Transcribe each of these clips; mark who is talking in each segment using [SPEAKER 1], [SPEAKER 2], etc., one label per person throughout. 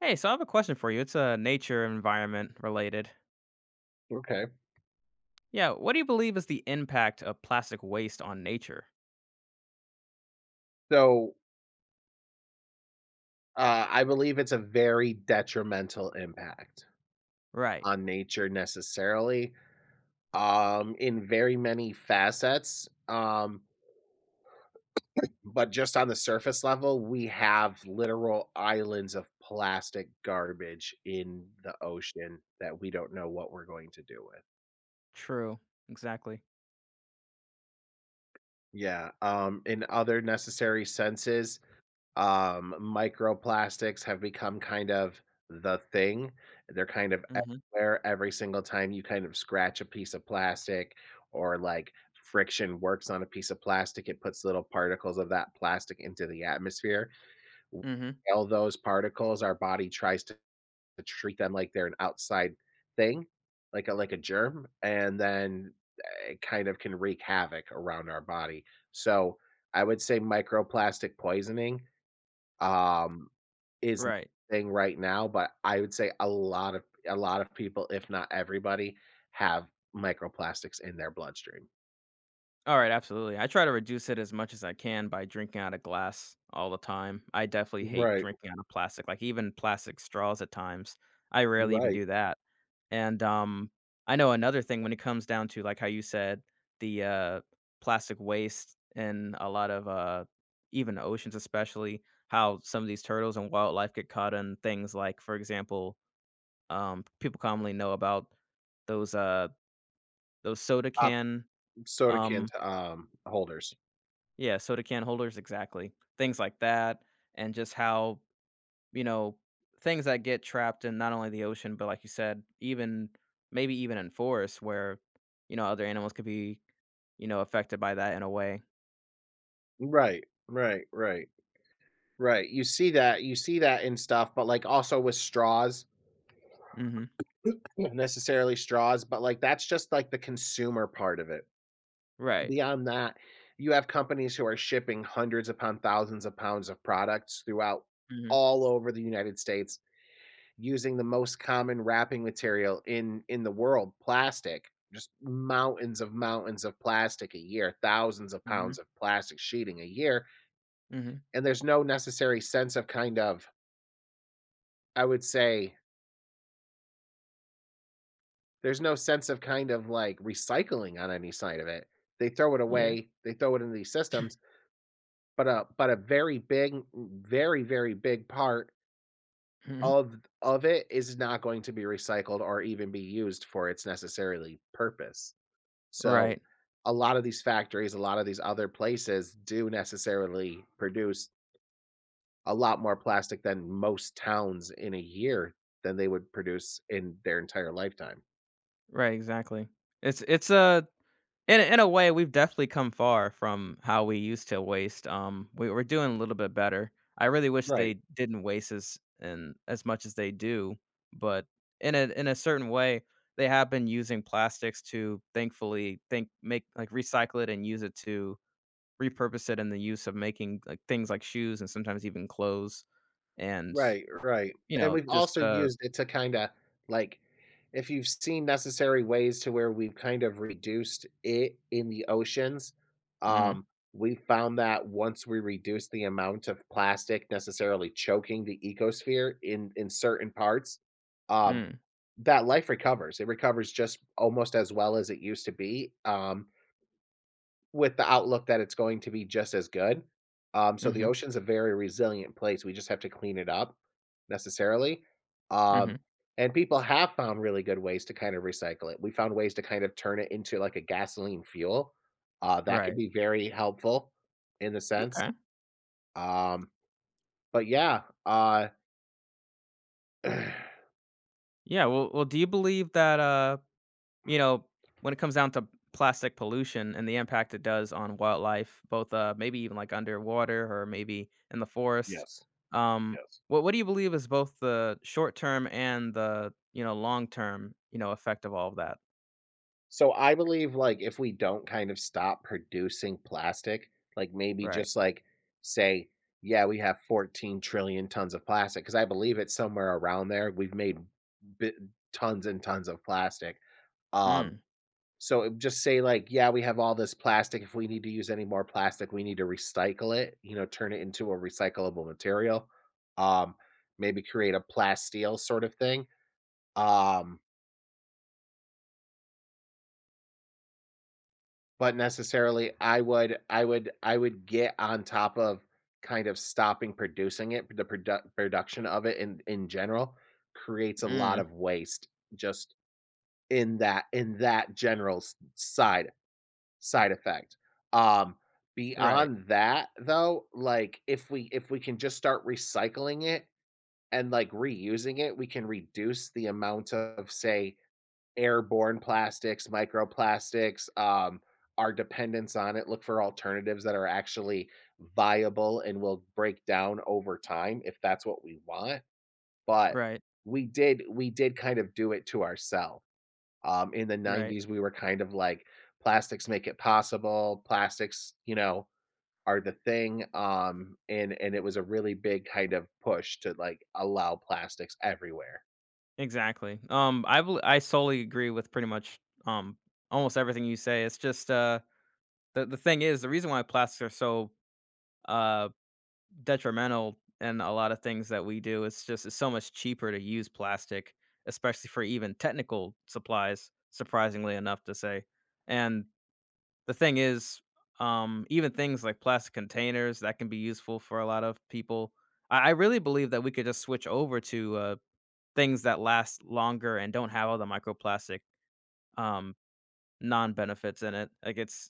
[SPEAKER 1] Hey, so I have a question for you. It's nature environment related.
[SPEAKER 2] Okay.
[SPEAKER 1] Yeah, what do you believe is the impact of plastic waste on nature?
[SPEAKER 2] So, I believe it's a very detrimental impact
[SPEAKER 1] Right.
[SPEAKER 2] on nature necessarily, in very many facets. But just on the surface level, we have literal islands of plastic garbage in the ocean that we don't know what we're going to do with.
[SPEAKER 1] True. Exactly.
[SPEAKER 2] Yeah. In other necessary senses, microplastics have become kind of the thing. They're kind of
[SPEAKER 1] Mhm.
[SPEAKER 2] everywhere every single time you kind of scratch a piece of plastic or like friction works on a piece of plastic, it puts little particles of that plastic into the atmosphere. We
[SPEAKER 1] Mhm.
[SPEAKER 2] inhale those particles, our body tries to treat them like they're an outside thing, like a germ, and then it kind of can wreak havoc around our body. So I would say microplastic poisoning um, is
[SPEAKER 1] Right.
[SPEAKER 2] thing right now, but I would say a lot of people, if not everybody, have microplastics in their bloodstream.
[SPEAKER 1] All right, absolutely. I try to reduce it as much as I can by drinking out of glass all the time. I definitely hate
[SPEAKER 2] Right,
[SPEAKER 1] drinking out of plastic, like even plastic straws at times. I rarely even
[SPEAKER 2] right.
[SPEAKER 1] do that. And, I know another thing when it comes down to, like, how you said, the, uh, plastic waste and a lot of, even oceans especially, how some of these turtles and wildlife get caught in things like, for example, people commonly know about those, uh, those soda
[SPEAKER 2] Pop
[SPEAKER 1] can,
[SPEAKER 2] soda can
[SPEAKER 1] um
[SPEAKER 2] t holders.
[SPEAKER 1] yeah, soda can holders, exactly, things like that, and just how you know, things that get trapped in not only the ocean, but like you said, even maybe even in forests where, other animals could be, affected by that in a way.
[SPEAKER 2] Right, right, right, right. You see that in stuff, but, like, also with straws,
[SPEAKER 1] hmm
[SPEAKER 2] not necessarily straws, but, like, that's just, like, the consumer part of it.
[SPEAKER 1] Right.
[SPEAKER 2] Beyond that, you have companies who are shipping hundreds upon thousands of pounds of products throughout
[SPEAKER 1] hmm
[SPEAKER 2] all over the United States using the most common wrapping material in the world, plastic. Just mountains of plastic a year, thousands of
[SPEAKER 1] hmm
[SPEAKER 2] pounds of plastic sheeting a year,
[SPEAKER 1] hmm
[SPEAKER 2] and there's no necessary sense of kind of I would say there's no sense of kind of like recycling on any side of it. They throw it
[SPEAKER 1] Yeah.
[SPEAKER 2] away, they throw it into these systems, but a very, very big part
[SPEAKER 1] hmm
[SPEAKER 2] of of it is not going to be recycled or even be used for its necessarily purpose. So,
[SPEAKER 1] Right.
[SPEAKER 2] a lot of these factories, a lot of these other places do necessarily produce a lot more plastic than most towns in a year than they would produce in their entire lifetime.
[SPEAKER 1] Right. Exactly. It's a. In a way, we've definitely come far from how we used to waste. We're doing a little bit better. I really wish
[SPEAKER 2] Right.
[SPEAKER 1] they didn't waste as and as much as they do, but in a certain way, they have been using plastics to thankfully think make like, recycle it and use it to repurpose it in the use of making, like, things like shoes and sometimes even clothes and,
[SPEAKER 2] Right, right,
[SPEAKER 1] you
[SPEAKER 2] and
[SPEAKER 1] know,
[SPEAKER 2] we've
[SPEAKER 1] just,
[SPEAKER 2] also
[SPEAKER 1] uh
[SPEAKER 2] used it to kinda, like if you've seen Necessary Ways to where we've kind of reduced it in the oceans,
[SPEAKER 1] Mhm,
[SPEAKER 2] um, we found that once we reduce the amount of plastic necessarily choking the ecosphere in certain parts, um,
[SPEAKER 1] mm,
[SPEAKER 2] that life recovers. It recovers just almost as well as it used to be, with the outlook that it's going to be just as good. So the
[SPEAKER 1] mhm,
[SPEAKER 2] ocean's a very resilient place, we just have to clean it up necessarily. Um,
[SPEAKER 1] mhm,
[SPEAKER 2] and people have found really good ways to kind of recycle it. We found ways to kind of turn it into like a gasoline fuel. That could
[SPEAKER 1] right,
[SPEAKER 2] be very helpful in the sense.
[SPEAKER 1] okay.
[SPEAKER 2] Um, but yeah, yes,
[SPEAKER 1] Yeah, well, do you believe that, you know, when it comes down to plastic pollution and the impact it does on wildlife, both maybe even like underwater or maybe in the forest.
[SPEAKER 2] yes.
[SPEAKER 1] Um what do you believe is both the short term and the, long term, effect of all of that?
[SPEAKER 2] So I believe like if we don't kind of stop producing plastic, like maybe
[SPEAKER 1] Right.
[SPEAKER 2] just like say, yeah, we have 14 trillion tons of plastic because I believe it's somewhere around there. We've made bi- tons and tons of plastic. Um,
[SPEAKER 1] Mm.
[SPEAKER 2] so just say like, yeah, we have all this plastic. If we need to use any more plastic, we need to recycle it. You know, turn it into a recyclable material. Um, Maybe create a plasteel sort of thing. Um, but necessarily I would get on top of kind of stopping producing it, the product production of it in general creates a lot
[SPEAKER 1] Mm.
[SPEAKER 2] of waste just in that general side effect. Um
[SPEAKER 1] Right.
[SPEAKER 2] Beyond that though, like if we can just start recycling it and like reusing it, we can reduce the amount of say airborne plastics, microplastics, our dependence on it. Look for alternatives that are actually viable and will break down over time if that's what we want. But
[SPEAKER 1] Right.
[SPEAKER 2] we did kind of do it to ourselves. In the
[SPEAKER 1] Right.
[SPEAKER 2] 90s, we were kind of like plastics make it possible. Plastics, you know, are the thing. And it was a really big kind of push to like allow plastics everywhere.
[SPEAKER 1] Exactly. I solely agree with pretty much um almost everything you say. It's just the thing is the reason why plastics are so uh detrimental in a lot of things that we do. It's just it's so much cheaper to use plastic, especially for even technical supplies, surprisingly enough to say. And the thing is, even things like plastic containers that can be useful for a lot of people. I really believe that we could just switch over to things that last longer and don't have all the microplastic um, non benefits in it. Like it's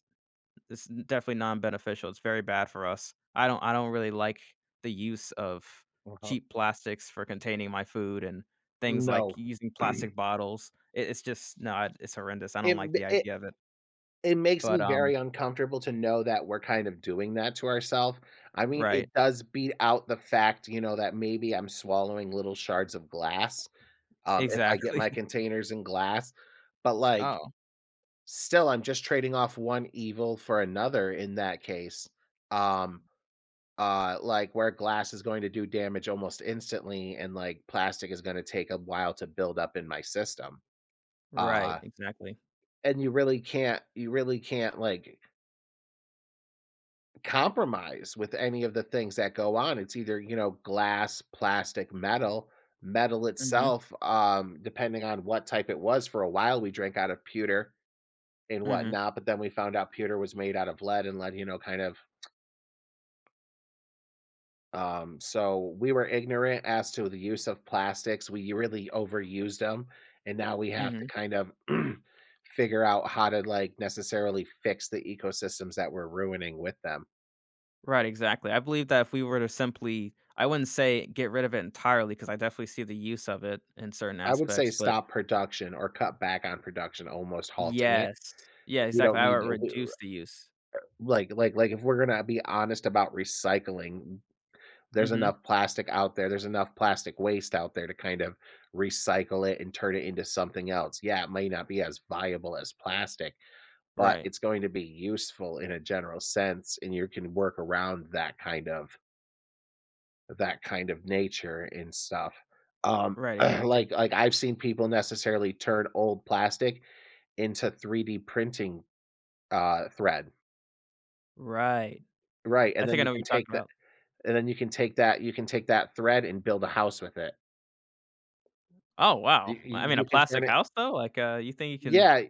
[SPEAKER 1] it's n- definitely non-beneficial, it's very bad for us. I don't really like the use of
[SPEAKER 2] Wow.
[SPEAKER 1] cheap plastics for containing my food and things like
[SPEAKER 2] No,
[SPEAKER 1] using plastic bottles. It's just no, I it's horrendous, I don't
[SPEAKER 2] it,
[SPEAKER 1] like the
[SPEAKER 2] it
[SPEAKER 1] idea of it.
[SPEAKER 2] it makes
[SPEAKER 1] But,
[SPEAKER 2] me very uncomfortable to know that we're kind of doing that to ourselves. I mean,
[SPEAKER 1] Right.
[SPEAKER 2] it does beat out the fact, you know, that maybe I'm swallowing little shards of glass, if I get
[SPEAKER 1] Exactly.
[SPEAKER 2] my containers in glass, but, like,
[SPEAKER 1] Oh,
[SPEAKER 2] still, I'm just trading off one evil for another in that case. Um, like, where glass is going to do damage almost instantly and, like, plastic is gonna take a while to build up in my system.
[SPEAKER 1] right,
[SPEAKER 2] Uh,
[SPEAKER 1] exactly.
[SPEAKER 2] and you really can't, like, compromise with any of the things that go on. It's either, you know, glass, plastic, metal. Metal
[SPEAKER 1] Mhm,
[SPEAKER 2] itself, depending on what type it was, for a while we drank out of pewter and
[SPEAKER 1] mhm,
[SPEAKER 2] whatnot, but then we found out pewter was made out of lead and lead, kind of. So we were ignorant as to the use of plastics. We really overused them, and now we have to
[SPEAKER 1] mhm.
[SPEAKER 2] kind of figure out how to like necessarily fix the ecosystems that we're ruining with them.
[SPEAKER 1] Right, exactly. I believe that if we were to simply I wouldn't say get rid of it entirely because I definitely see the use of it in certain
[SPEAKER 2] I would say
[SPEAKER 1] aspects, but
[SPEAKER 2] stop production or cut back on production, almost halting it.
[SPEAKER 1] yes. Yeah,
[SPEAKER 2] We
[SPEAKER 1] exactly,
[SPEAKER 2] don't
[SPEAKER 1] I would
[SPEAKER 2] need to w
[SPEAKER 1] reduce the use.
[SPEAKER 2] like, If we're gonna be honest about recycling, there's
[SPEAKER 1] Mhm.
[SPEAKER 2] enough plastic out there, there's enough plastic waste out there to kind of recycle it and turn it into something else. Yeah, it may not be as viable as plastic, but
[SPEAKER 1] Right.
[SPEAKER 2] it's going to be useful in a general sense, and you can work around that kind of nature and stuff.
[SPEAKER 1] Right, exactly.
[SPEAKER 2] I've seen people necessarily turn old plastic into 3D printing, thread.
[SPEAKER 1] Right.
[SPEAKER 2] Right,
[SPEAKER 1] I
[SPEAKER 2] and then
[SPEAKER 1] think I know what you're talking about.
[SPEAKER 2] you can take that thread and build a house with it.
[SPEAKER 1] Oh, wow.
[SPEAKER 2] You
[SPEAKER 1] Well,
[SPEAKER 2] you
[SPEAKER 1] I mean, a
[SPEAKER 2] you can
[SPEAKER 1] plastic
[SPEAKER 2] turn it.
[SPEAKER 1] house, though? Like, you think you can.
[SPEAKER 2] Yeah,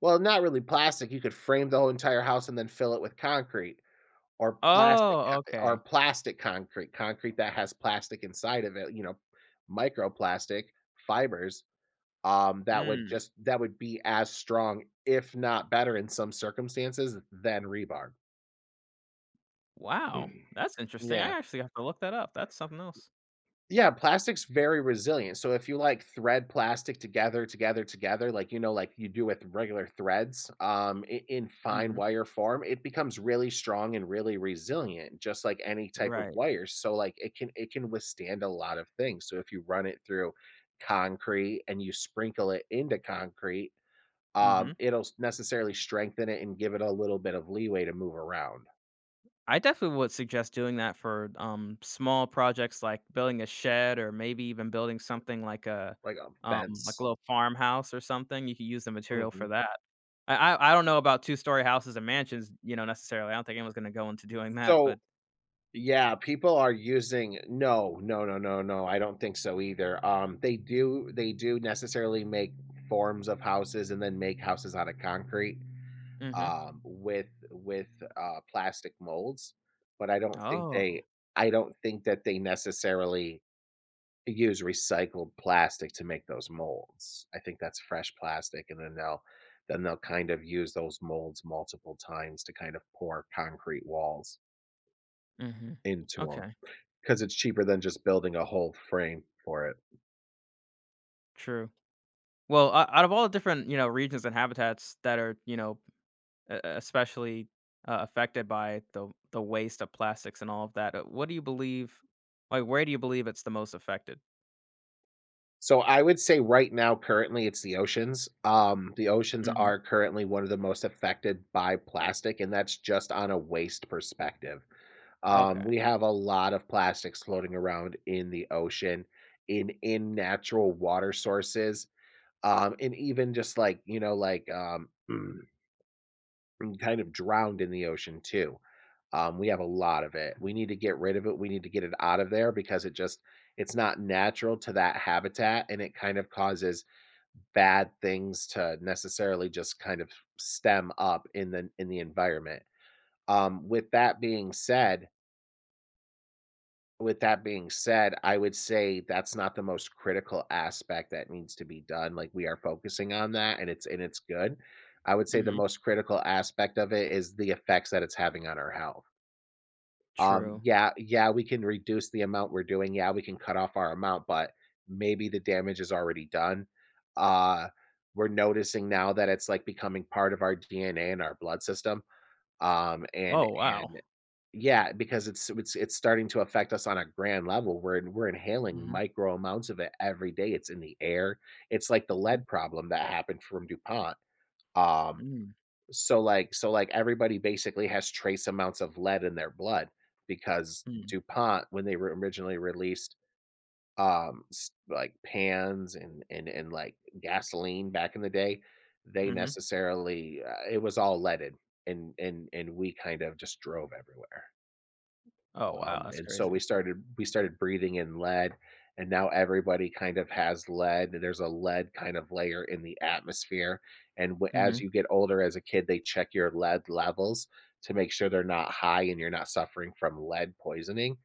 [SPEAKER 2] well, not really plastic, you could frame the whole entire house and then fill it with concrete or plastic
[SPEAKER 1] Oh,
[SPEAKER 2] co or
[SPEAKER 1] okay.
[SPEAKER 2] plastic concrete, concrete that has plastic inside of it, you know, microplastic fibers, that would
[SPEAKER 1] Mm.
[SPEAKER 2] just that would be as strong, if not better in some circumstances, than rebar.
[SPEAKER 1] Wow. That's interesting.
[SPEAKER 2] Yeah.
[SPEAKER 1] I actually have to look that up. That's something else.
[SPEAKER 2] Yeah, plastic's very resilient. So if you like thread plastic together, together, together, like like you do with regular threads, in fine
[SPEAKER 1] Mhm.
[SPEAKER 2] wire form, it becomes really strong and really resilient, just like any type of
[SPEAKER 1] Right.
[SPEAKER 2] wire. So like it can withstand a lot of things. So if you run it through concrete and you sprinkle it into concrete,
[SPEAKER 1] Mhm.
[SPEAKER 2] it'll necessarily strengthen it and give it a little bit of leeway to move around,
[SPEAKER 1] I definitely would suggest doing that for, small projects like building a shed or maybe even building something
[SPEAKER 2] like a
[SPEAKER 1] like a
[SPEAKER 2] fence.
[SPEAKER 1] little farmhouse or something. You could use the material for
[SPEAKER 2] Mhm.
[SPEAKER 1] that. I don't know about two-story houses and mansions, you know, necessarily. I don't think anyone's gonna go into doing that, but
[SPEAKER 2] So yeah, people are using. No, no, no, no, no, I don't think so either. They do necessarily make forms of houses and then make houses out of concrete
[SPEAKER 1] mhm.
[SPEAKER 2] with plastic molds, but
[SPEAKER 1] Oh,
[SPEAKER 2] I don't think that they necessarily use recycled plastic to make those molds. I think that's fresh plastic, and then they'll kind of use those molds multiple times to kind of pour concrete walls
[SPEAKER 1] mhm.
[SPEAKER 2] into them.
[SPEAKER 1] Okay,
[SPEAKER 2] 'Cause it's cheaper than just building a whole frame for it.
[SPEAKER 1] true. Well, o out of all the different, you know, regions and habitats that are, you know, e especially, affected by the waste of plastics and all of that, what do you believe like, where do you believe it's the most affected?
[SPEAKER 2] So I would say right now, currently, it's the oceans. The oceans
[SPEAKER 1] Mhm.
[SPEAKER 2] are currently one of the most affected by plastic, and that's just on a waste perspective.
[SPEAKER 1] Okay.
[SPEAKER 2] We have a lot of plastics floating around in the ocean, in natural water sources, and even just like, like, kind of drowned in the ocean too. We have a lot of it. We need to get rid of it. We need to get it out of there because it just it's not natural to that habitat and it kind of causes bad things to necessarily just kind of stem up in the environment. Um, with that being said, with that being said, I would say that's not the most critical aspect that needs to be done. Like we are focusing on that and it's good. I would say the
[SPEAKER 1] Mhm.
[SPEAKER 2] most critical aspect of it is the effects that it's having on our health.
[SPEAKER 1] True.
[SPEAKER 2] Yeah, yeah, we can reduce the amount we're doing. Yeah, we can cut off our amount, but maybe the damage is already done. Uh, we're noticing now that it's like becoming part of our DNA and our blood system. Um, and
[SPEAKER 1] Oh, wow.
[SPEAKER 2] and yeah, because it's starting to affect us on a grand level. We're inhaling
[SPEAKER 1] Mhm,
[SPEAKER 2] micro amounts of it every day. It's in the air. It's like the
[SPEAKER 1] mhm.
[SPEAKER 2] lead problem that happened from DuPont. Um,
[SPEAKER 1] Mm,
[SPEAKER 2] so like everybody basically has trace amounts of lead in their blood because
[SPEAKER 1] mm,
[SPEAKER 2] DuPont when they were originally released, s like pans and like gasoline back in the day, they
[SPEAKER 1] mhm.
[SPEAKER 2] necessarily, it was all leaded and we kind of just drove everywhere.
[SPEAKER 1] Oh, wow, that's
[SPEAKER 2] And so
[SPEAKER 1] crazy.
[SPEAKER 2] we started breathing in lead, and now everybody kind of has lead. There's a lead kind of layer in the atmosphere, and as
[SPEAKER 1] Mhm,
[SPEAKER 2] you get older as a kid, they check your lead levels to make sure they're not high and you're not suffering from lead poisoning.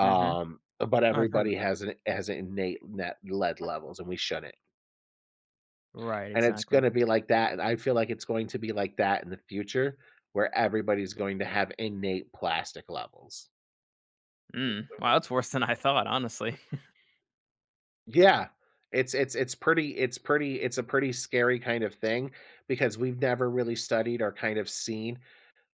[SPEAKER 1] mhm.
[SPEAKER 2] But
[SPEAKER 1] Oh, I've heard
[SPEAKER 2] everybody
[SPEAKER 1] that.
[SPEAKER 2] has an innate net lead levels, and we shouldn't.
[SPEAKER 1] Right,
[SPEAKER 2] And it's
[SPEAKER 1] exactly.
[SPEAKER 2] going to be like that, and I feel like it's going to be like that in the future, where everybody's going to have innate plastic levels.
[SPEAKER 1] Mm, wow, that's worse than I thought, honestly.
[SPEAKER 2] Yeah. It's a pretty scary kind of thing because we've never really studied or kind of seen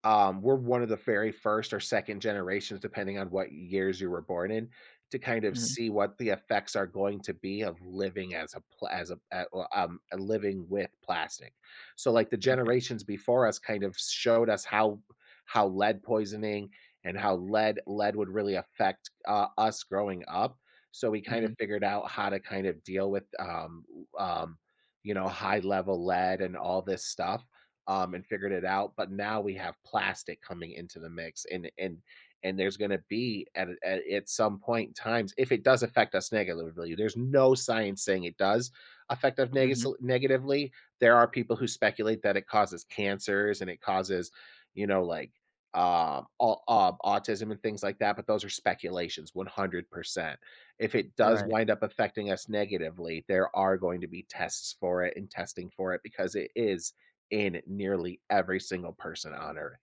[SPEAKER 2] we're one of the very first or second generations, depending on what years you were born in, to kind of
[SPEAKER 1] Mhm,
[SPEAKER 2] see what the effects are going to be of living as a living with plastic. So, like the
[SPEAKER 1] right.
[SPEAKER 2] generations before us, kind of showed us how lead poisoning and how lead would really affect us growing up. So we kind of
[SPEAKER 1] Mhm,
[SPEAKER 2] figured out how to kind of deal with um, high level lead and all this stuff and figured it out. But now we have plastic coming into the mix, and there's going to be at some point in times if it does affect us negatively. There's no science saying it does affect us
[SPEAKER 1] mhm,
[SPEAKER 2] negatively. There are people who speculate that it causes cancers and it causes, you know, like autism and things like that. But those are speculations, 100%. If it does
[SPEAKER 1] right.
[SPEAKER 2] wind up affecting us negatively, there are going to be tests for it and testing for it because it is in nearly every single person on Earth,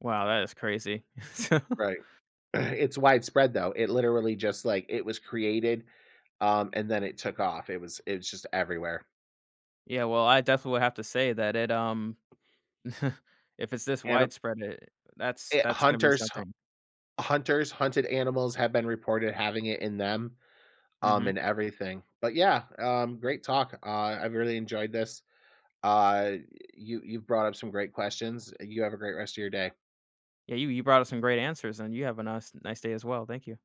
[SPEAKER 1] Wow, that is crazy. So,
[SPEAKER 2] right? It's widespread though. It literally just like it was created, and then it took off. It was just everywhere.
[SPEAKER 1] yeah, well, I definitely would have to say that it, if it's this
[SPEAKER 2] And
[SPEAKER 1] widespread, it
[SPEAKER 2] it,
[SPEAKER 1] that's gonna be
[SPEAKER 2] hunters,
[SPEAKER 1] something.
[SPEAKER 2] hunted animals have been reported having it in them, and
[SPEAKER 1] Mhm.
[SPEAKER 2] everything. But yeah, great talk. I've really enjoyed this. Uh, you've brought up some great questions. You have a great rest of your day.
[SPEAKER 1] Yeah, you brought us some great answers, and you have a nice nice day as well. Thank you.